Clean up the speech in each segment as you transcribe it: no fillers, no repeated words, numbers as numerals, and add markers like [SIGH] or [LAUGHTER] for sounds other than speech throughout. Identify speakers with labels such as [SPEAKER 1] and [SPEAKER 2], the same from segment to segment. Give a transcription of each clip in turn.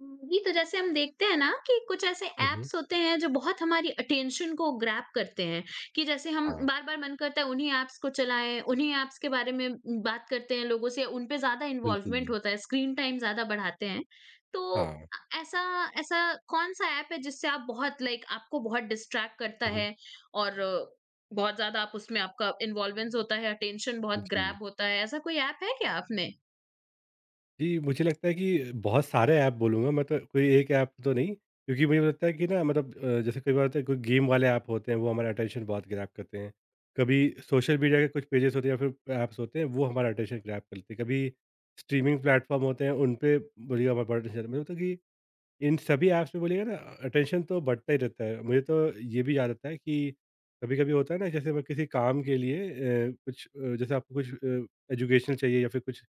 [SPEAKER 1] जी, तो जैसे हम देखते हैं ना कि कुछ ऐसे
[SPEAKER 2] हुँ, हुँ।
[SPEAKER 1] ऐप्स होते हैं जो बहुत हमारी अटेंशन को ग्रैब करते हैं कि जैसे हम
[SPEAKER 2] हाँ,
[SPEAKER 1] बार-बार मन करता है उन्हीं ऐप्स को चलाएं, उन्हीं ऐप्स के बारे में बात करते हैं लोगों से, उन पे ज़्यादा इन्वॉल्वमेंट
[SPEAKER 2] बिल्कुल।
[SPEAKER 1] होता है, स्क्रीन टाइम ज़्यादा बढ़ाते हैं। तो
[SPEAKER 2] हाँ।
[SPEAKER 1] ऐसा ऐसा कौन-सा ऐप है जिससे आप बहुत लाइक आपको बहुत डिस्ट्रैक्ट करता
[SPEAKER 2] हुँ, हुँ।
[SPEAKER 1] है और बहुत ज़्यादा आप उसमें आपका इन्वॉल्वेंस होता है, अटेंशन बहुत
[SPEAKER 2] जी।
[SPEAKER 1] ग्रैब होता है, ऐसा कोई ऐप है क्या आप में?
[SPEAKER 2] जी, मुझे लगता है कि बहुत सारे ऐप बोलूँगा मैं तो कोई एक ऐप तो नहीं, क्योंकि मुझे लगता है कि ना मतलब जैसे कई बार होता है कोई गेम वाले ऐप होते हैं वो हमारा अटेंशन बहुत ग्रैब करते हैं। कभी सोशल मीडिया के कुछ पेजेज़ होते हैं या फिर ऐप्स होते हैं वो हमारा अटेंशन ग्रैब करते हैं। कभी स्ट्रीमिंग प्लेटफ़ॉर्म होते हैं उन पे बोलिएगा हमारा बड़ा अटेंशन, मुझे लगता है कि इन सभी ऐप्स में बोलिएगा ना अटेंशन तो बढ़ता ही रहता है। मुझे तो ये भी याद आता है कि कभी-कभी होता है ना, जैसे मैं किसी काम के लिए कुछ जैसे आपको कुछ एजुकेशनल चाहिए या फिर कुछ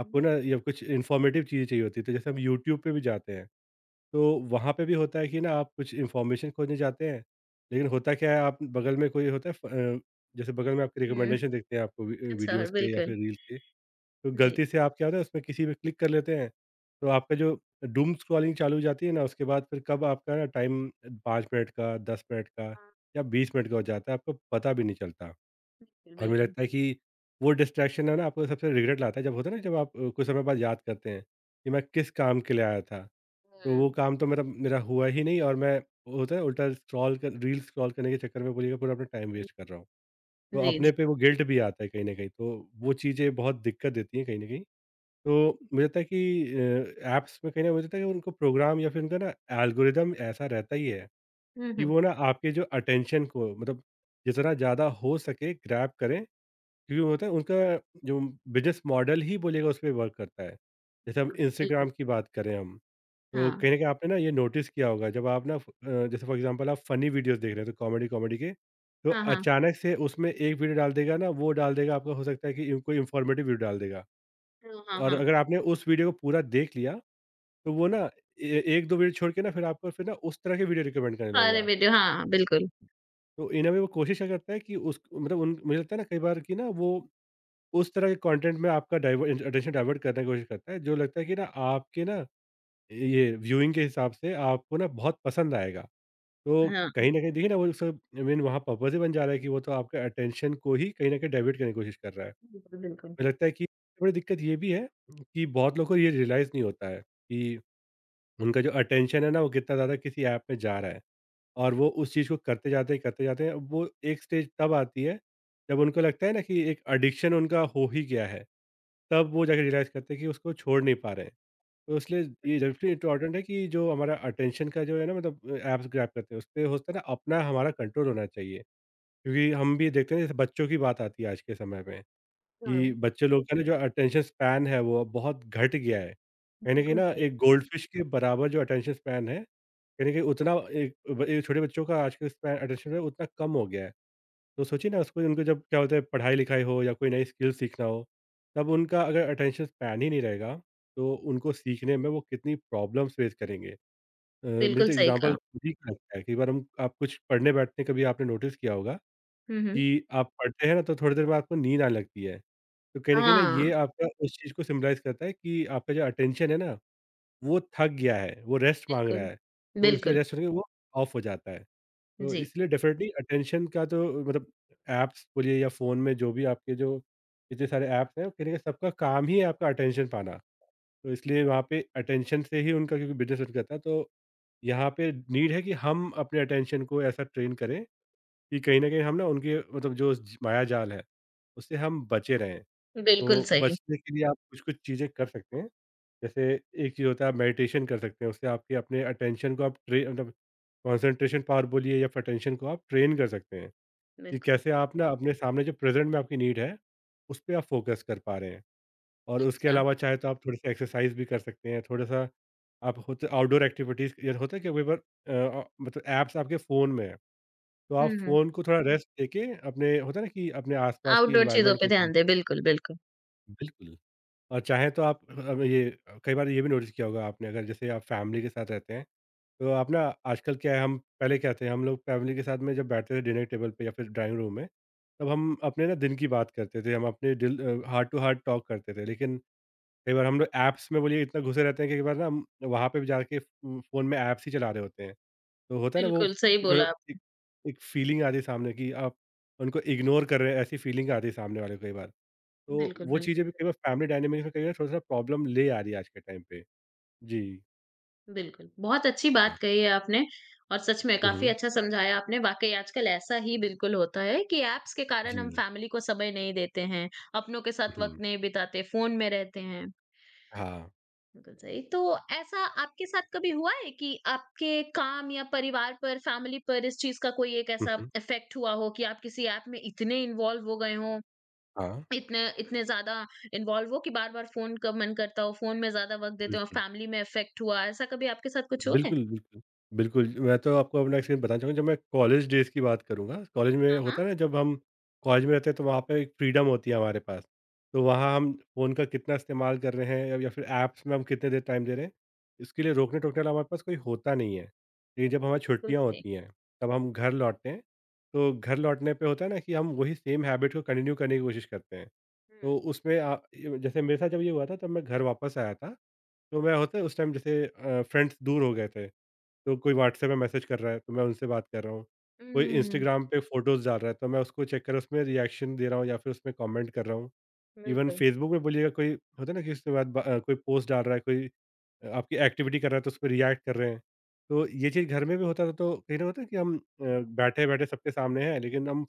[SPEAKER 2] आपको ना या कुछ इन्फॉर्मेटिव चीज़ें चाहिए होती है, तो जैसे हम यूट्यूब पे भी जाते हैं। तो वहाँ पे भी होता है कि ना आप कुछ इन्फॉर्मेशन खोजने जाते हैं, लेकिन होता क्या है आप बगल में कोई होता है जैसे बगल में आपके
[SPEAKER 1] हुँ,
[SPEAKER 2] रिकमेंडेशन देखते हैं आपको वी
[SPEAKER 1] अच्छा
[SPEAKER 2] वीडियोज़ के या फिर
[SPEAKER 1] बिल्कुल,
[SPEAKER 2] रील्स के। तो गलती
[SPEAKER 1] जी।
[SPEAKER 2] से आप क्या होता है उसमें किसी पे क्लिक कर लेते हैं, तो आपका जो डूम स्क्रॉलिंग चालू हो जाती है ना, उसके बाद फिर कब आपका ना टाइम 5 मिनट का, 10 मिनट का या 20 मिनट का हो जाता है, आपको पता भी नहीं चलता। और मुझे
[SPEAKER 1] बिल्कुल।
[SPEAKER 2] लगता है कि वो डिस्ट्रैक्शन है ना आपको सबसे रिग्रेट लाता है, जब होता है ना जब आप कुछ समय बाद याद करते हैं, कि मैं किस काम के लिए आया था, तो वो
[SPEAKER 1] हुँ।
[SPEAKER 2] काम तो मतलब मेरा हुआ ही नहीं और मैं होता है उल्टा स्क्रॉल कर रील स्क्रॉल करने के चक्कर में बोलिएगा पूरा अपना टाइम वेस्ट कर रहा हूँ। तो
[SPEAKER 1] जी,
[SPEAKER 2] अपने
[SPEAKER 1] जी।
[SPEAKER 2] पे वो गिल्ट भी आता है कहीं न कहीं, तो वो चीज़ें बहुत दिक्कत देती हैं कहीं न कहीं। तो मुझे लगता है कि ऐप्स में कहीं न मुझे लगता है कि उनको प्रोग्राम या फिर उनका ना एल्गोरिदम ऐसा रहता ही है,
[SPEAKER 1] हुँ,
[SPEAKER 2] कि
[SPEAKER 1] हुँ।
[SPEAKER 2] वो ना आपके जो अटेंशन को मतलब जितना ज़्यादा हो सके ग्रैब करें, क्योंकि वो होता है उनका जो बिज़नेस मॉडल ही बोलिएगा उसपे वर्क करता है। जैसे हम
[SPEAKER 1] बिल्कुल।
[SPEAKER 2] इंस्टाग्राम की बात करें हम, तो
[SPEAKER 1] हाँ।
[SPEAKER 2] कहीं न कहीं आपने ना ये नोटिस किया होगा, जब आप ना जैसे फॉर एग्ज़ाम्पल आप फनी वीडियोज़ देख रहे हैं, तो कॉमेडी-कॉमेडी के, तो
[SPEAKER 1] हाँ, हाँ।
[SPEAKER 2] अचानक से उसमें एक वीडियो डाल देगा ना, वो डाल देगा, आपका हो सकता है कि कोई इन्फॉर्मेटिव वीडियो डाल देगा।
[SPEAKER 1] हाँ, हाँ,
[SPEAKER 2] और
[SPEAKER 1] हाँ।
[SPEAKER 2] अगर आपने उस वीडियो को पूरा देख लिया, तो वो ना हुँ। ए 1-2 वीडियो छोड़ के ना फिर आपको फिर ना उस तरह के वीडियो रिकमेंड करने
[SPEAKER 1] सारे
[SPEAKER 2] लगेगा।
[SPEAKER 1] वीडियो हाँ, हाँ, बिल्कुल।
[SPEAKER 2] तो इन अ वे वो कोशिश क्या करता है कि उस मतलब उन, मुझे लगता है ना कई बार कि ना वो उस तरह के कंटेंट में आपका डाइव अटेंशन डाइवर्ट करने की कोशिश करता है, जो लगता है कि ना आपके ना ये व्यूइंग के हिसाब से आपको ना बहुत पसंद आएगा। तो
[SPEAKER 1] हाँ,
[SPEAKER 2] कहीं न कहीं देखिए ना वो सब आई मीन वहाँ पर्पस ही बन जा रहा है, कि वो तो आपका अटेंशन को ही कहीं न कहीं डाइवर्ट करने की कोशिश कर रहा है।
[SPEAKER 1] बिल्कुल, बिल्कुल।
[SPEAKER 2] मुझे लगता है कि थोड़ी दिक्कत ये भी है कि बहुत लोगों को ये रियलाइज़ नहीं होता है कि उनका जो अटेंशन है ना वो कितना ज़्यादा किसी ऐप में जा रहा है, और वो उस चीज़ को करते जाते हैं करते जाते हैं, वो एक स्टेज तब आती है जब उनको लगता है ना कि एक एडिक्शन उनका हो ही गया है। तब वो जाके रियलाइज़ करते हैं कि उसको छोड़ नहीं पा रहे हैं। तो इसलिए ये डेफिनेटली इम्पोर्टेंट है कि जो हमारा अटेंशन का जो है ना मतलब ऐप्स ग्रैप करते हैं उस पर होता है ना अपना हमारा कंट्रोल होना चाहिए। क्योंकि हम भी देखते हैं, जैसे बच्चों की बात आती है आज के समय में,
[SPEAKER 1] हाँ,
[SPEAKER 2] कि बच्चे लोग का ना जो अटेंशन स्पैन है वो अब बहुत घट गया है। कहीं न कहीं
[SPEAKER 1] बिल्कुल
[SPEAKER 2] ना
[SPEAKER 1] सही।
[SPEAKER 2] एक गोल्डफ़िश के बराबर जो अटेंशन स्पैन है, कहीं न कहीं उतना एक ब ये छोटे बच्चों का आजकल स्पैन अटेंशन है उतना कम हो गया है। तो सोचिए ना उसको उनको जब क्या होता है, पढ़ाई-लिखाई हो या कोई नई स्किल सीखना हो, तब उनका अगर अटेंशन स्पैन ही नहीं रहेगा, तो उनको सीखने में वो कितनी प्रॉब्लम्स फ़ेस करेंगे। मुझे
[SPEAKER 1] बिल्कुल
[SPEAKER 2] तो
[SPEAKER 1] सही
[SPEAKER 2] एग्ज़ाम्पल
[SPEAKER 1] कहा।
[SPEAKER 2] खुद ही का लगता है, कई बार हम आप कुछ पढ़ने बैठते हैं, कभी आपने नोटिस किया होगा
[SPEAKER 1] हुँ, हुँ।
[SPEAKER 2] कि आप पढ़ते हैं ना तो थोड़ी देर में आपको नींद आने लगती है। तो कहीं न कहीं ना
[SPEAKER 1] हाँ,
[SPEAKER 2] ये आपका उस चीज़ को सिम्बलाइज़ करता है कि आपका जो अटेंशन है ना, वो थक गया है, वो रेस्ट माँग रहा
[SPEAKER 1] बिल्कुल।
[SPEAKER 2] है। तो इसलिए
[SPEAKER 1] बिल्कुल,
[SPEAKER 2] रेस्ट होने के वो ऑफ हो जाता है। तो
[SPEAKER 1] जी।
[SPEAKER 2] इसलिए डेफ़िनेटली अटेंशन का तो मतलब ऐप्स बोलिए या फ़ोन में जो भी आपके जो इतने सारे ऐप्स हैं, कहीं न कहीं सबका काम ही है आपका अटेंशन पाना। तो इसलिए वहाँ पे अटेंशन से ही उनका क्योंकि बिज़नेस रन करता है, तो यहाँ पे नीड है कि हम अपने अटेंशन को ऐसा ट्रेन करें, कि कहीं न कहीं हम ना उनके मतलब जो ज मायाजाल है, उससे हम बचे रहें। तो
[SPEAKER 1] बिल्कुल सही।
[SPEAKER 2] बचने के लिए आप कुछ-कुछ चीज़ें कर सकते हैं। जैसे एक चीज़ होता है आप मेडिटेशन कर सकते हैं, उससे आपके अपने अटेंशन को आप ट्रे मतलब कंसंट्रेशन पावर बोलिए या फिर अटेंशन को आप ट्रेन कर सकते हैं, कि
[SPEAKER 1] बिल्कुल,
[SPEAKER 2] कैसे आप ना अपने सामने जो प्रेज़ेंट में आपकी नीड है, उस पे आप फ़ोकस कर पा रहे हैं। और उसके
[SPEAKER 1] अच्छा।
[SPEAKER 2] अलावा चाहे तो आप थोड़ी-सी एक्सरसाइज़ भी कर सकते हैं, थोड़ा-सा आप होते आउटडोर एक्टिविटीज़, या होता है क्या कई बार मतलब ऐप्स आपके फ़ोन में है, तो आप
[SPEAKER 1] हुँ, हुँ।
[SPEAKER 2] फ़ोन को थोड़ा रेस्ट देके अपने होता है ना कि अपने आस-पास की
[SPEAKER 1] आउटडोर चीज़ों
[SPEAKER 2] एनवायरनमेंट
[SPEAKER 1] पे
[SPEAKER 2] को।
[SPEAKER 1] ध्यान दें। बिल्कुल, बिल्कुल।
[SPEAKER 2] बिल्कुल। और चाहें तो आप अब ये कई बार ये भी नोटिस किया होगा आपने, अगर जैसे आप फैमिली के साथ रहते हैं तो आप ना आजकल क्या है, हम पहले क्या थे, हम लोग फैमिली के साथ में जब बैठते थे डिनर टेबल पे या फिर ड्राइंग रूम में, तब हम अपने ना दिन की बात करते थे, हम अपने दिल हार्ट टू हार्ट टॉक करते थे, लेकिन कई बार हम लोग ऐप्स में बोलिए इतना घुसे रहते हैं कि कई बार ना हम वहाँ पे भी जाके फ़ोन में ऐप्स ही चला रहे होते हैं। तो होता है ना वो
[SPEAKER 1] बिल्कुल, सही
[SPEAKER 2] थोड़ा
[SPEAKER 1] बोला आप
[SPEAKER 2] एक एक फीलिंग आती है सामने की, आप उनको इग्नोर कर रहे हैं, ऐसी फीलिंग आती है सामने वाले को कई बार। तो
[SPEAKER 1] बिल्कुल,
[SPEAKER 2] वो
[SPEAKER 1] बिल्कुल।
[SPEAKER 2] चीज़ें भी कई बार फैमिली डायनामिक्स में कई बार थोड़ा-सा प्रॉब्लम ले आ रही है आज के टाइम पे। जी।
[SPEAKER 1] बिल्कुल, बहुत अच्छी
[SPEAKER 2] हाँ।
[SPEAKER 1] बात कही है आपने और सच में
[SPEAKER 2] हुँ,
[SPEAKER 1] काफ़ी
[SPEAKER 2] हुँ।
[SPEAKER 1] अच्छा समझाया आपने। वाक़ई आजकल ऐसा ही बिल्कुल होता है कि ऐप्स के कारण हम
[SPEAKER 2] जी।
[SPEAKER 1] फैमिली को समय नहीं देते हैं, अपनों के साथ वक़्त
[SPEAKER 2] हुँ।
[SPEAKER 1] नहीं बिताते, फ़ोन में रहते हैं।
[SPEAKER 2] हाँ।
[SPEAKER 1] बिल्कुल सही, तो ऐसा आपके साथ कभी हुआ है कि आपके काम या परिवार पर, फैमिली पर इस चीज़ का कोई एक
[SPEAKER 2] हुँ,
[SPEAKER 1] ऐसा
[SPEAKER 2] हुँ।
[SPEAKER 1] इफ़ेक्ट हुआ हो कि आप किसी ऐप में इतने इन्वॉल्व हो गए हों,
[SPEAKER 2] हाँ।
[SPEAKER 1] इतने इतने ज़्यादा इन्वॉल्व हो कि बार-बार फ़ोन का मन करता हो, फ़ोन में ज़्यादा वक़्त देते हो,
[SPEAKER 2] बिल्कुल।
[SPEAKER 1] फैमिली में इफ़ेक्ट हुआ, ऐसा कभी आपके साथ कुछ हुआ है?
[SPEAKER 2] बिल्कुल, बिल्कुल। बिल्कुल, मैं तो आपको अपना एक्सपीरियंस बताना चाहूँगा, जब मैं कॉलेज डेज़ की बात करूँगा, कॉलेज में
[SPEAKER 1] हाँ, हाँ।
[SPEAKER 2] होता है ना जब हम कॉलेज में रहते हैं तो वहाँ पे एक फ्रीडम होती है हमारे पास। तो वहाँ हम फ़ोन का कितना इस्तेमाल कर रहे हैं या फिर ऐप्स में हम कितने देर टाइम दे रहे हैं, इसके लिए रोकने-टोकने वाला हमारे पास कोई होता नहीं है। लेकिन जब हमारी
[SPEAKER 1] बिल्कुल
[SPEAKER 2] छुट्टियाँ
[SPEAKER 1] सही।
[SPEAKER 2] होती हैं, तब हम घर लौटते हैं, तो घर लौटने पे होता है ना कि हम वही सेम हैबिट को कंटिन्यू करने की कोशिश करते हैं।
[SPEAKER 1] हुँ।
[SPEAKER 2] तो उसमें अ, इ जैसे मेरे साथ जब ये हुआ था तब मैं घर वापस आया था। तो मैं होता है उस टाइम जैसे फ्रेंड्स दूर हो गए थे, तो कोई व्हाट्सएप में मैसेज कर रहा है तो मैं उनसे बात कर रहा हूँ। कोई
[SPEAKER 1] हुँ,
[SPEAKER 2] इंस्टाग्राम पे फ़ोटोज़ डाल रहा है तो मैं उसको चेक कर रहा, उसमें रिएक्शन दे रहा हूँ या फिर उसमें कमेंट कर रहा हूँ। इवन
[SPEAKER 1] बिल्कुल।
[SPEAKER 2] फेसबुक में बोलिएगा कोई होता है ना कि उसके बाद कोई पोस्ट डाल रहा है, कोई आपकी एक्टिविटी कर रहा है तो उसपे रिएक्ट कर रहे हैं। तो ये चीज़ घर में भी होता था, तो कहीं न होता है कि हम बैठे-बैठे सबके सामने हैं लेकिन हम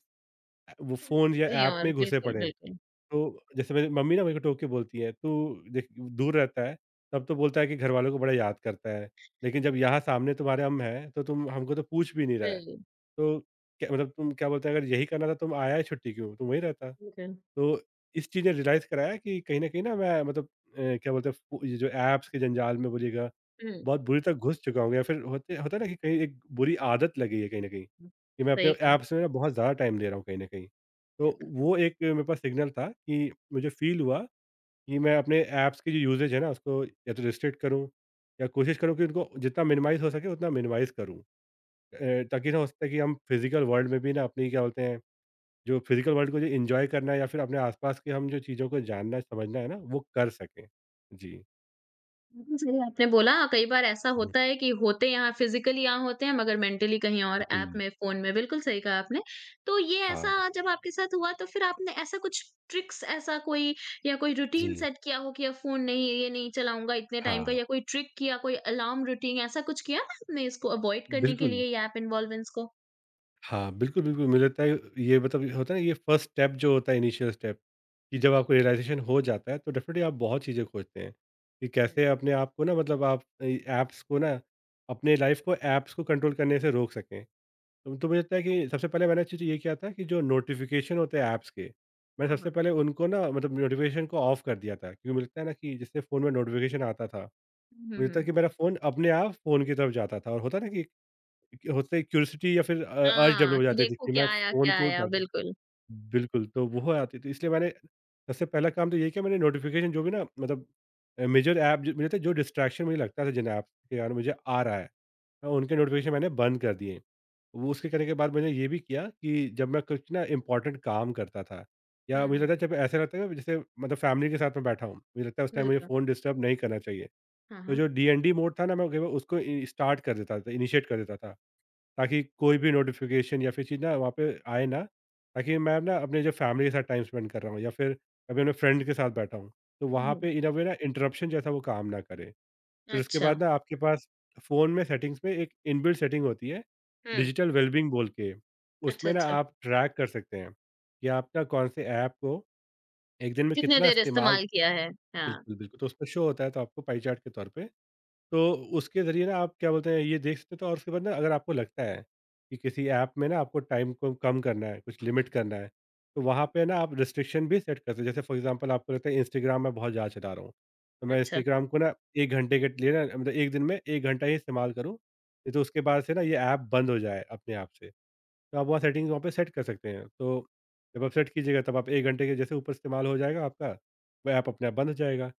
[SPEAKER 2] वो फ़ोन या
[SPEAKER 1] कहीं
[SPEAKER 2] ऐप
[SPEAKER 1] और,
[SPEAKER 2] में घुसे
[SPEAKER 1] बिल्कुल,
[SPEAKER 2] पड़े हैं।
[SPEAKER 1] बिल्कुल।
[SPEAKER 2] तो जैसे मेरी मम्मी ना मेरे को टोक के बोलती है, "तू देख, दूर रहता है, तब तो बोलता है कि घरवालों को बड़ा याद करता है, लेकिन जब यहाँ सामने तुम्हारे हम हैं, तो तुम हमको तो पूछ भी नहीं रहा है।
[SPEAKER 1] हुँ,
[SPEAKER 2] तो क्या मतलब तुम क्या बोलते हैं, अगर यही करना था तुम आया ही छुट्टी क्यों? तुम वहीं रहता।"
[SPEAKER 1] बिल्कुल।
[SPEAKER 2] तो इस चीज़ ने रियलाइज़ कराया कि कहीं न कहीं ना मैं मतलब क्या बोलते हैं फ़ो ये जो ऐप्स के जंजाल में बोलिएगा,
[SPEAKER 1] हुँ,
[SPEAKER 2] बहुत बुरी तरह घुस चुका हूँ, या फिर होते होता है ना कि कहीं एक बुरी आदत लगी है कहीं न कहीं,
[SPEAKER 1] हुँ,
[SPEAKER 2] कि मैं अपने
[SPEAKER 1] सही कहा,
[SPEAKER 2] ऐप्स में ना बहुत ज़्यादा टाइम दे रहा हूँ कहीं न कहीं। तो
[SPEAKER 1] बिल्कुल।
[SPEAKER 2] वो एक मेरे पास सिग्नल था कि मुझे फ़ील हुआ कि मैं अपने ऐप्स की जो यूज़ेज है ना, उसको या तो रिस्ट्रिक्ट करूँ, या कोशिश करूँ कि उनको जितना मिनिमाइज़ हो सके उतना मिनिमाइज़ करूँ। ताकि ना हो सकता है कि हम फ़िज़िकल वर्ल्ड में भी ना अपनी क्या बोलते हैं, जो फिजिकल वर्ल्ड को जो एंजॉय करना है या फिर अपने आसपास के हम जो चीज़ों को जानना समझना है ना, वो कर सकें। जी।
[SPEAKER 1] बिल्कुल सही आपने बोला कई बार ऐसा
[SPEAKER 2] हुँ,
[SPEAKER 1] होता है कि होते यहाँ फिज़िकली यहाँ होते हैं मगर मेंटली कहीं और ऐप
[SPEAKER 2] बिल्कुल।
[SPEAKER 1] में, फ़ोन में, बिल्कुल सही कहा आपने। तो ये
[SPEAKER 2] हाँ,
[SPEAKER 1] ऐसा जब आपके साथ हुआ तो फिर आपने ऐसा कुछ ट्रिक्स ऐसा कोई या कोई रूटीन
[SPEAKER 2] जी।
[SPEAKER 1] सेट किया हो कि अब फ़ोन नहीं ये नहीं चलाऊँगा इतने टाइम का
[SPEAKER 2] हाँ।
[SPEAKER 1] या कोई ट्रिक किया, कोई अलार्म रूटीन ऐसा कुछ किया था आपने इसको अवॉइड करने के
[SPEAKER 2] बिल्कुल।
[SPEAKER 1] लिए ये ऐप इन्वॉल्वेंस को?
[SPEAKER 2] हाँ, बिल्कुल, बिल्कुल मुझे लगता है, ये मतलब होता है ना, ये फर्स्ट स्टेप जो होता है, इनिशियल स्टेप, कि जब आपको रियलाइज़ेशन हो जाता है तो डेफ़िनिटली आप बहुत चीज़ें खोजते हैं कि
[SPEAKER 1] हुँ।
[SPEAKER 2] कैसे अपने आप को ना, मतलब आप ऐप्स को ना अपने लाइफ़ को ऐप्स को कंट्रोल करने से रोक सकें। तो मुझे लगता है कि सबसे पहले मैंने चीज़ ये किया था कि जो नोटिफ़िकेशन होते हैं ऐप्स के, मैंने
[SPEAKER 1] हाँ,
[SPEAKER 2] सबसे
[SPEAKER 1] हाँ।
[SPEAKER 2] पहले उनको ना, मतलब नोटिफ़िकेशन को ऑफ कर दिया था, क्योंकि मुझे लगता है ना कि जिससे फ़ोन में नोटिफ़िकेशन आता था,
[SPEAKER 1] हुँ, हुँ,
[SPEAKER 2] मुझे लगता है
[SPEAKER 1] हुँ।
[SPEAKER 2] कि मेरा फ़ोन अपने आप फ़ोन की तरफ जाता था, और होता है ना कि होता है क्यूरियोसिटी, या फिर अर्ज डेवलप
[SPEAKER 1] हाँ,
[SPEAKER 2] हो
[SPEAKER 1] कि
[SPEAKER 2] जाती थी
[SPEAKER 1] देखो
[SPEAKER 2] कि मैं
[SPEAKER 1] क्या आया,
[SPEAKER 2] फ़ोन
[SPEAKER 1] क्या
[SPEAKER 2] को उठा
[SPEAKER 1] आया?
[SPEAKER 2] के।
[SPEAKER 1] बिल्कुल।
[SPEAKER 2] बिल्कुल, तो वो आती थी, इसलिए मैंने सबसे पहला काम तो ये किया, मैंने नोटिफ़िकेशन जो भी ना, मतलब मेजर ऐप जो मुझे लगता है, जो डिस्ट्रैक्शन मुझे लगता था, जिन ऐप्स के कारण मुझे आ रहा है, मैं उनके नोटिफ़िकेशन मैंने बंद कर दिए। वो उसके करने के बाद मैंने ये भी किया कि जब मैं कुछ ना इम्पोर्टेंट काम करता था, या
[SPEAKER 1] हुँ,
[SPEAKER 2] मुझे
[SPEAKER 1] हुँ,
[SPEAKER 2] लगता है जब ऐसा लगता है ना, जैसे मतलब फैमिली के साथ मैं बैठा हूँ, मुझे लगता है उस टाइम मुझे
[SPEAKER 1] बिल्कुल।
[SPEAKER 2] फ़ोन डिस्टर्ब नहीं करना चाहिए,
[SPEAKER 1] हाँ,
[SPEAKER 2] तो
[SPEAKER 1] हाँ।
[SPEAKER 2] जो डी एन डी मोड था ना, मैं केवल उसको स्टार्ट कर देता था, इनिशिएट कर देता था, ताकि कोई भी नोटिफिकेशन या फिर चीज़ ना वहाँ पे आए ना, ताकि मैं ना अपने जो फैमिली के साथ टाइम स्पेंड कर रहा हूँ, या फिर अभी अपने फ्रेंड के साथ बैठा हूँ, तो
[SPEAKER 1] हुँ,
[SPEAKER 2] वहाँ
[SPEAKER 1] हुँ।
[SPEAKER 2] पे इन अ वे ना इंटरप्शन जैसा वो काम ना करे। फिर उसके
[SPEAKER 1] अच्छा,
[SPEAKER 2] बाद ना आपके पास फ़ोन में सेटिंग्स में एक इनबिल्ट सेटिंग होती है,
[SPEAKER 1] हुँ,
[SPEAKER 2] डिजिटल वेलबीइंग बोल के।
[SPEAKER 1] अच्छा,
[SPEAKER 2] उसमें ना
[SPEAKER 1] अच्छा।
[SPEAKER 2] आप ट्रैक कर सकते हैं कि आप ना कौन से ऐप को एक दिन में
[SPEAKER 1] कितने
[SPEAKER 2] कितना
[SPEAKER 1] देर
[SPEAKER 2] इस्तेमाल।
[SPEAKER 1] इस्तेमाल किया है? हाँ,
[SPEAKER 2] बिल्कुल, बिल्कुल, तो उसमें शो होता है, तो आपको पाई चार्ट के तौर पे। तो उसके ज़रिए ना आप क्या बोलते हैं, ये देख सकते हो, तो और उसके बाद ना अगर आपको लगता है कि किसी ऐप में ना आपको टाइम को कम करना है, कुछ लिमिट करना है, तो वहाँ पे ना आप रिस्ट्रिक्शन भी सेट कर सकते हो। जैसे फॉर एग्ज़ाम्पल आपको लगता है इंस्टाग्राम मैं बहुत ज़्यादा चला रहा हूँ, तो मैं
[SPEAKER 1] अच्छा,
[SPEAKER 2] इंस्टाग्राम को ना 1 घंटे के लिए ना, मतलब 1 दिन में 1 घंटा ही इस्तेमाल करूँ, नहीं तो उसके बाद से ना ये ऐप बंद हो जाए अपने आप से। तो आप वहाँ सेटिंग, वहाँ पे सेट कर सकते हैं। तो जब आप सेट कीजिएगा, तब आप 1 घंटे के जैसे ऊपर इस्तेमाल हो जाएगा आपका, वह ऐप अपने आप बंद हो जाएगा।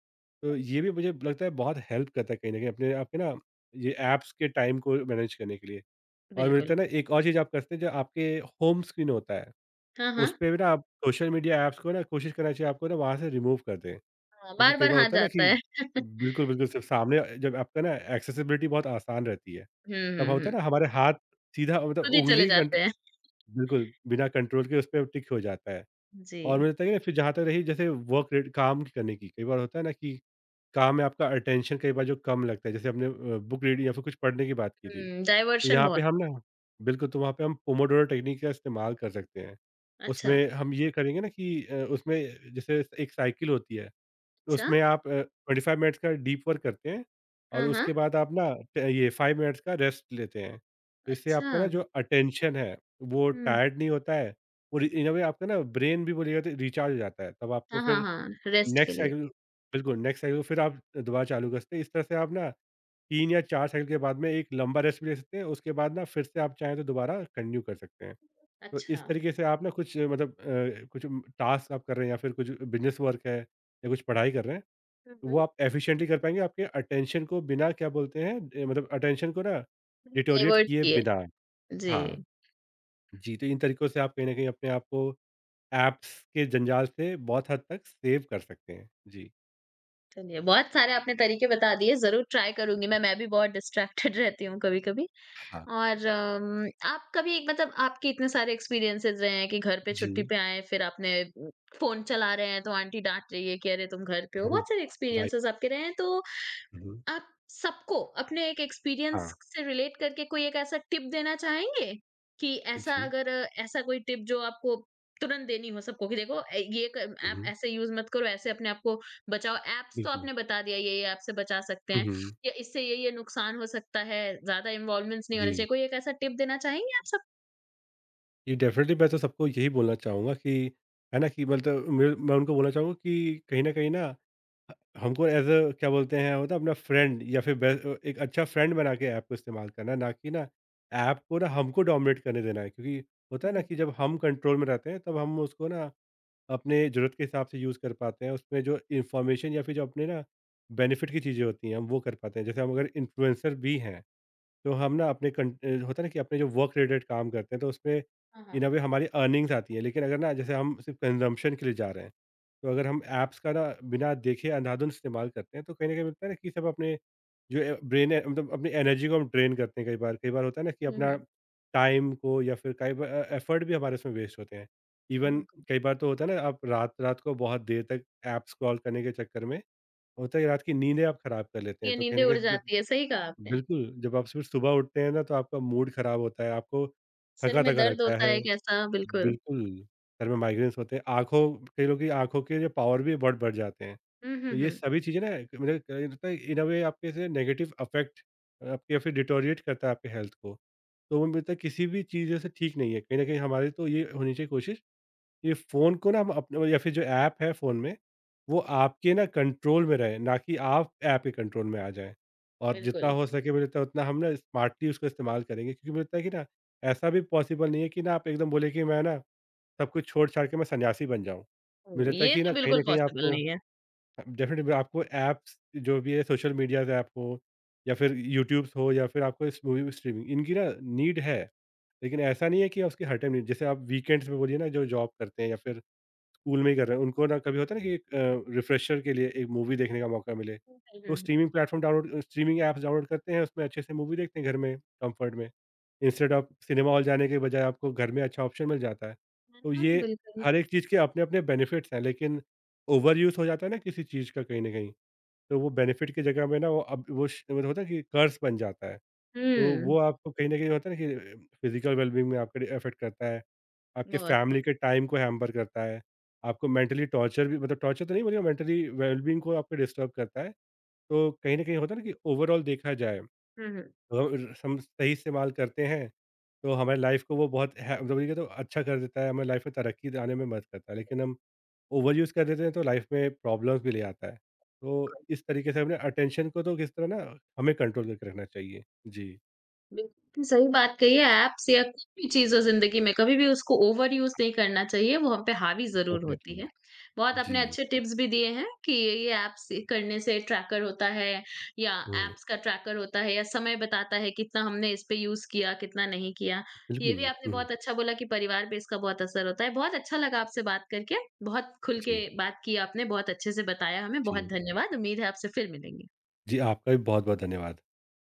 [SPEAKER 2] तो ये भी मुझे लगता है बहुत हेल्प करता है कहीं न कहीं, अपने आपके ना ये ऐप्स के टाइम को मैनेज करने के लिए। और मुझे लगता है
[SPEAKER 1] बिल्कुल।
[SPEAKER 2] ना, एक और चीज़ आप कर सकते हैं, जो आपके होम स्क्रीन होता है,
[SPEAKER 1] हाँ, हाँ।
[SPEAKER 2] उसपे भी ना आप सोशल मीडिया ऐप्स को ना, कोशिश करना चाहिए आपको ना वहाँ से रिमूव कर दें।
[SPEAKER 1] हाँ,
[SPEAKER 2] क्योंकि कई
[SPEAKER 1] बार-बार
[SPEAKER 2] बार
[SPEAKER 1] हाँ
[SPEAKER 2] होता है ना कि,
[SPEAKER 1] जाता है।
[SPEAKER 2] बिल्कुल, बिल्कुल, सिर्फ़ सामने जब आपका ना एक्सेसिबिलिटी बहुत आसान रहती है,
[SPEAKER 1] हुँ, हुँ,
[SPEAKER 2] तब होता
[SPEAKER 1] हुँ।
[SPEAKER 2] है ना हमारे हाथ सीधा, मतलब
[SPEAKER 1] खुद ही चले
[SPEAKER 2] उँगली कंट
[SPEAKER 1] जाते हैं।
[SPEAKER 2] बिल्कुल, बिना कंट्रोल के उसपे अब टिक हो जाता है।
[SPEAKER 1] जी।
[SPEAKER 2] और मुझे लगता है कि ना फिर जहाँ तक रही जैसे वर्क रेट काम करने की, कई बार होता है ना कि काम में आपका अटेंशन कई बार जो कम लगता है, जैसे हमने बुक रीडिंग या फिर कुछ पढ़ने की बात की थी।
[SPEAKER 1] हुँ,
[SPEAKER 2] तो
[SPEAKER 1] डायवर्शन
[SPEAKER 2] यहाँ पे
[SPEAKER 1] बहुत
[SPEAKER 2] हम ना, बिल्कुल, तो वहाँ पे हम पोमोडोरो टेक्निक का इस्तेमाल कर सकते हैं।
[SPEAKER 1] अच्छा,
[SPEAKER 2] उसमें हम ये करेंगे ना कि उसमें जैसे एक साइकिल होती है,
[SPEAKER 1] अच्छा।
[SPEAKER 2] उसमें आप 25 मिनट्स का डीप वर्क करते हैं, और
[SPEAKER 1] हाँ, हाँ।
[SPEAKER 2] उसके बाद आप ना ट ये 5 मिनट्स का रेस्ट लेते हैं। तो इससे
[SPEAKER 1] अच्छा,
[SPEAKER 2] आपका ना जो अटेंशन है, वो
[SPEAKER 1] हुँ।
[SPEAKER 2] टायर्ड नहीं होता है, और इन अ वे आपका ना ब्रेन भी बोलिएगा तो रिचार्ज हो जाता है। तब आपको
[SPEAKER 1] हाँ, हाँ,
[SPEAKER 2] फिर
[SPEAKER 1] हाँ, रेस्ट के
[SPEAKER 2] नेक्स्ट
[SPEAKER 1] लिए।
[SPEAKER 2] साइकिल, बिल्कुल, नेक्स्ट साइकिल को फिर आप दोबारा चालू कर सकते हैं। इस तरह से आप ना 3 या 4 साइकिल के बाद में एक लंबा रेस्ट भी ले सकते हैं, उसके बाद ना फिर से आप चाहें तो दोबारा कंटिन्यू कर सकते हैं। तो
[SPEAKER 1] अच्छा।
[SPEAKER 2] इस तरीके से आप ना कुछ मतलब कुछ टास्क आप कर रहे हैं, या फिर कुछ बिज़नेस वर्क है, या कुछ पढ़ाई कर रहे हैं,
[SPEAKER 1] हुँ,
[SPEAKER 2] वो
[SPEAKER 1] हुँ।
[SPEAKER 2] आप एफिशिएंटली कर पाएँगे, आपके अटेंशन को बिना क्या बोलते हैं मतलब अटेंशन को ना डिटोरिएट
[SPEAKER 1] डाइवर्ट
[SPEAKER 2] किए
[SPEAKER 1] किए।
[SPEAKER 2] बिना।
[SPEAKER 1] जी।
[SPEAKER 2] हाँ, जी, तो इन तरीकों से आप कहीं न कहीं अपने आप को ऐप्स के जंजाल से बहुत हद तक सेव कर सकते हैं। जी।
[SPEAKER 1] चलिए, बहुत सारे आपने तरीके बता दिए, ज़रूर ट्राई करूँगी मैं भी बहुत डिस्ट्रैक्टेड [LAUGHS] रहती हूँ कभी-कभी
[SPEAKER 2] हाँ,
[SPEAKER 1] और आप कभी मतलब आपके इतने सारे एक्सपीरियंसेस रहे हैं कि घर पे छुट्टी
[SPEAKER 2] जी।
[SPEAKER 1] पे आए, फिर आपने फ़ोन चला रहे हैं, तो आंटी डाँट रही है कि, "अरे, तुम घर पे
[SPEAKER 2] [LAUGHS]
[SPEAKER 1] हो।"
[SPEAKER 2] हम्म,
[SPEAKER 1] बहुत सारे
[SPEAKER 2] राइट।
[SPEAKER 1] एक्सपीरियंसेस आपके रहे हैं, तो
[SPEAKER 2] हुँ,
[SPEAKER 1] आप सबको अपने एक एक्सपीरियंस
[SPEAKER 2] हाँ।
[SPEAKER 1] से रिलेट करके कोई एक ऐसा टिप देना चाहेंगे? कि ऐसा
[SPEAKER 2] जी।
[SPEAKER 1] अगर ऐसा कोई टिप जो आपको तुरंत देनी हो सबको कि देखो ये क ऐप
[SPEAKER 2] हुँ,
[SPEAKER 1] ऐसे यूज़ मत करो, ऐसे अपने आप को बचाओ। ऐप्स तो
[SPEAKER 2] बिल्कुल।
[SPEAKER 1] आपने बता दिया ये-ये ऐप से बचा सकते
[SPEAKER 2] हुँ,
[SPEAKER 1] हैं
[SPEAKER 2] हुँ।
[SPEAKER 1] या इससे ये-ये नुकसान हो सकता है, ज़्यादा इन्वॉल्वमेंट्स नहीं
[SPEAKER 2] जी।
[SPEAKER 1] होने चाहिए। कोई एक ऐसा टिप देना चाहेंगे आप सब?
[SPEAKER 2] जी, डेफ़िनिटली मैं तो सबको यही बोलना चाहूँगा कि, है ना कि मतलब मैं उनको बोलना चाहूँगा कि कहीं न कहीं ना ह हमको एज़ अ क्या बोलते हैं, होता है अपना फ्रेंड, या फिर एक अच्छा फ्रेंड बना के ऐप को इस्तेमाल करना, ना कि ना ऐप को ना हमको डोमिनेट करने देना है। क्योंकि होता है ना कि
[SPEAKER 1] हुँ।
[SPEAKER 2] जब हम कंट्रोल में रहते हैं, तब हम उसको ना अपने ज़रूरत के हिसाब से यूज़ कर पाते हैं। उसमें जो इन्फॉर्मेशन, या फिर जो अपने ना बेनिफिट की चीज़ें होती हैं, हम वो कर पाते हैं। जैसे हम अगर इन्फ्लुएंसर भी हैं, तो हम ना अपने होता है ना कि अपने जो वर्क रिलेटेड काम करते हैं, तो उसमें
[SPEAKER 1] हाँ,
[SPEAKER 2] इन
[SPEAKER 1] हाँ।
[SPEAKER 2] अ वे हमारी अर्निंग्स आती है, लेकिन अगर ना जैसे हम सिर्फ कंजम्पशन के लिए जा रहे हैं, तो अगर हम ऐप्स का ना बिना देखे अंधाधुंध इस्तेमाल करते हैं, तो कहीं ना कहीं मिलता है ना कि, सब अपने जो ब्रेन है, मतलब अपनी एनर्जी को हम ड्रेन करते हैं कई बार। कई बार होता है ना कि
[SPEAKER 1] हुँ,
[SPEAKER 2] अपना
[SPEAKER 1] हुँ।
[SPEAKER 2] टाइम को, या फिर कई बार एफर्ट भी हमारे उसमें वेस्ट होते हैं। इवन
[SPEAKER 1] बिल्कुल।
[SPEAKER 2] कई बार तो होता है ना, आप रात रात को बहुत देर तक ऐप स्क्रॉल करने के चक्कर में होता है कि रात की नींदें आप खराब कर लेते हैं,
[SPEAKER 1] ये
[SPEAKER 2] तो कहीं
[SPEAKER 1] नींदें
[SPEAKER 2] ना
[SPEAKER 1] उड़
[SPEAKER 2] कहीं जब,
[SPEAKER 1] जाती है, सही कहा आपने।
[SPEAKER 2] बिल्कुल, जब आप सुबह सुबह उठते हैं ना, तो आपका मूड ख़राब होता है, आपको
[SPEAKER 1] सिर में
[SPEAKER 2] थका-थका
[SPEAKER 1] दर्द
[SPEAKER 2] लगता
[SPEAKER 1] होता
[SPEAKER 2] है।
[SPEAKER 1] है एक ऐसा बिल्कुल।
[SPEAKER 2] बिल्कुल, सर में माइग्रेन्स होते हैं, आँखों कई लोगों की आँखों के जो पावर भी बहुत बढ़ जाते हैं।
[SPEAKER 1] हुँ, हुँ,
[SPEAKER 2] तो ये
[SPEAKER 1] हुँ।
[SPEAKER 2] सभी चीज़ें ना, एक मुझे लगता है इन अ वे आपके ऐसे नेगेटिव अफ़ेक्ट आपके, या फिर डिटोरिएट करता है आपके हेल्थ को। तो वो मुझे लगता है किसी भी चीज़ जैसे ठीक नहीं है, कहीं न कहीं हमारी तो ये होनी चाहिए कोशिश, ये फ़ोन को ना हम अपने, या फिर जो ऐप है फ़ोन में, वो आपके ना कंट्रोल में रहे, ना कि आप ऐप के कंट्रोल में आ जाएँ। और जितना
[SPEAKER 1] बिल्कुल।
[SPEAKER 2] हो सके मुझे लगता है उतना हम ना स्मार्टली उसका इस्तेमाल करेंगे, क्योंकि मुझे लगता है कि ना, ऐसा भी पॉसिबल नहीं है कि ना आप एकदम बोले कि मैं ना सब कुछ छोड़-छाड़ के मैं सन्यासी बन जाऊँ। मुझे
[SPEAKER 1] हुँ,
[SPEAKER 2] लगता है
[SPEAKER 1] ये
[SPEAKER 2] कि ना
[SPEAKER 1] तो
[SPEAKER 2] कहीं
[SPEAKER 1] बिल्कुल
[SPEAKER 2] न कहीं
[SPEAKER 1] पॉसिबल
[SPEAKER 2] आपको
[SPEAKER 1] नहीं है।
[SPEAKER 2] डेफ़िनेटली आपको ऐप्स, जो भी है सोशल मीडियाज़ ऐप हो, या फिर यूट्यूब्स हो, या फिर आपको इस मूवी स्ट्रीमिंग, इनकी ना नीड है। लेकिन ऐसा नहीं है कि उसकी हर टाइम नीड, जैसे आप वीकेंड्स में बोलिए ना जो जॉब करते हैं, या फिर स्कूल में ही कर रहे हैं, उनको ना कभी होता है ना कि एक रिफ्रेशर के लिए एक मूवी देखने का मौका मिले,
[SPEAKER 1] हुँ, हुँ,
[SPEAKER 2] तो
[SPEAKER 1] हुँ।
[SPEAKER 2] स्ट्रीमिंग ऐप्स डाउनलोड करते हैं, उसमें अच्छे से मूवी देखते हैं घर में कम्फ़र्ट में। इंस्टेड ऑफ सिनेमा हॉल जाने के बजाय आपको घर में अच्छा ऑप्शन मिल जाता है।
[SPEAKER 1] है
[SPEAKER 2] तो
[SPEAKER 1] ना?
[SPEAKER 2] ये
[SPEAKER 1] बिल्कुल।
[SPEAKER 2] हर एक चीज़ के अपने-अपने बेनिफिट्स हैं, लेकिन ओवर यूज़ हो जाता है ना किसी चीज़ का कहीं न कहीं, तो वो बेनिफिट की जगह में ना, वो अब वो श मतलब होता है कि कर्स बन जाता है। तो
[SPEAKER 1] हुँ,
[SPEAKER 2] वो आपको कहीं न कहीं होता है ना कि, फिज़िकल वेलबींग में आपके अफ़ेक्ट करता है, आपके
[SPEAKER 1] बहुत
[SPEAKER 2] फैमिली
[SPEAKER 1] खूब।
[SPEAKER 2] के टाइम को हैम्पर करता है, आपको मेंटली टॉर्चर भी, मतलब टॉर्चर तो नहीं बोलेंगे, मेंटली वेलबींग को आपके डिस्टर्ब करता है। तो कहीं न कहीं होता है ना कि ओवरऑल देखा जाए,
[SPEAKER 1] हुँ, हुँ।
[SPEAKER 2] तो हम सही इस्तेमाल करते हैं, तो हमारी लाइफ़ को वो बहुत है, मतलब ये तो अच्छा कर देता है, हमारी लाइफ़ में तरक्की लाने में मदद करता है। लेकिन हम ओवर यूज़ कर देते हैं, तो लाइफ़ में प्रॉब्लम्स भी ले आता है। तो इस तरीके से अपने अटेंशन को तो किस तरह ना हमें कंट्रोल करके रखना चाहिए। जी।
[SPEAKER 1] बिल्कुल सही बात कही है, ऐप्स या कोई भी चीज़ हो ज़िंदगी में, कभी भी उसको ओवर यूज़ नहीं करना चाहिए, वो हम पे हावी ज़रूर होती है।
[SPEAKER 2] डेफ़िनिटली।
[SPEAKER 1] बहुत
[SPEAKER 2] जी।
[SPEAKER 1] आपने अच्छे टिप्स भी दिए हैं कि ये ऐप्स करने से ट्रैकर होता है या
[SPEAKER 2] हुँ,
[SPEAKER 1] ऐप्स का ट्रैकर होता है या समय बताता है कितना हमने इस पे यूज़ किया, कितना नहीं किया। ये भी
[SPEAKER 2] बिल्कुल।
[SPEAKER 1] आपने
[SPEAKER 2] हुँ, हुँ।
[SPEAKER 1] बहुत अच्छा बोला कि परिवार पे इसका बहुत असर होता है। बहुत अच्छा लगा आपसे बात करके, बहुत खुल के
[SPEAKER 2] जी,
[SPEAKER 1] बात की आपने, बहुत अच्छे से बताया हमें, बहुत
[SPEAKER 2] जी।
[SPEAKER 1] धन्यवाद। उम्मीद है आपसे फिर मिलेंगे।
[SPEAKER 2] जी, आपका भी बहुत-बहुत धन्यवाद।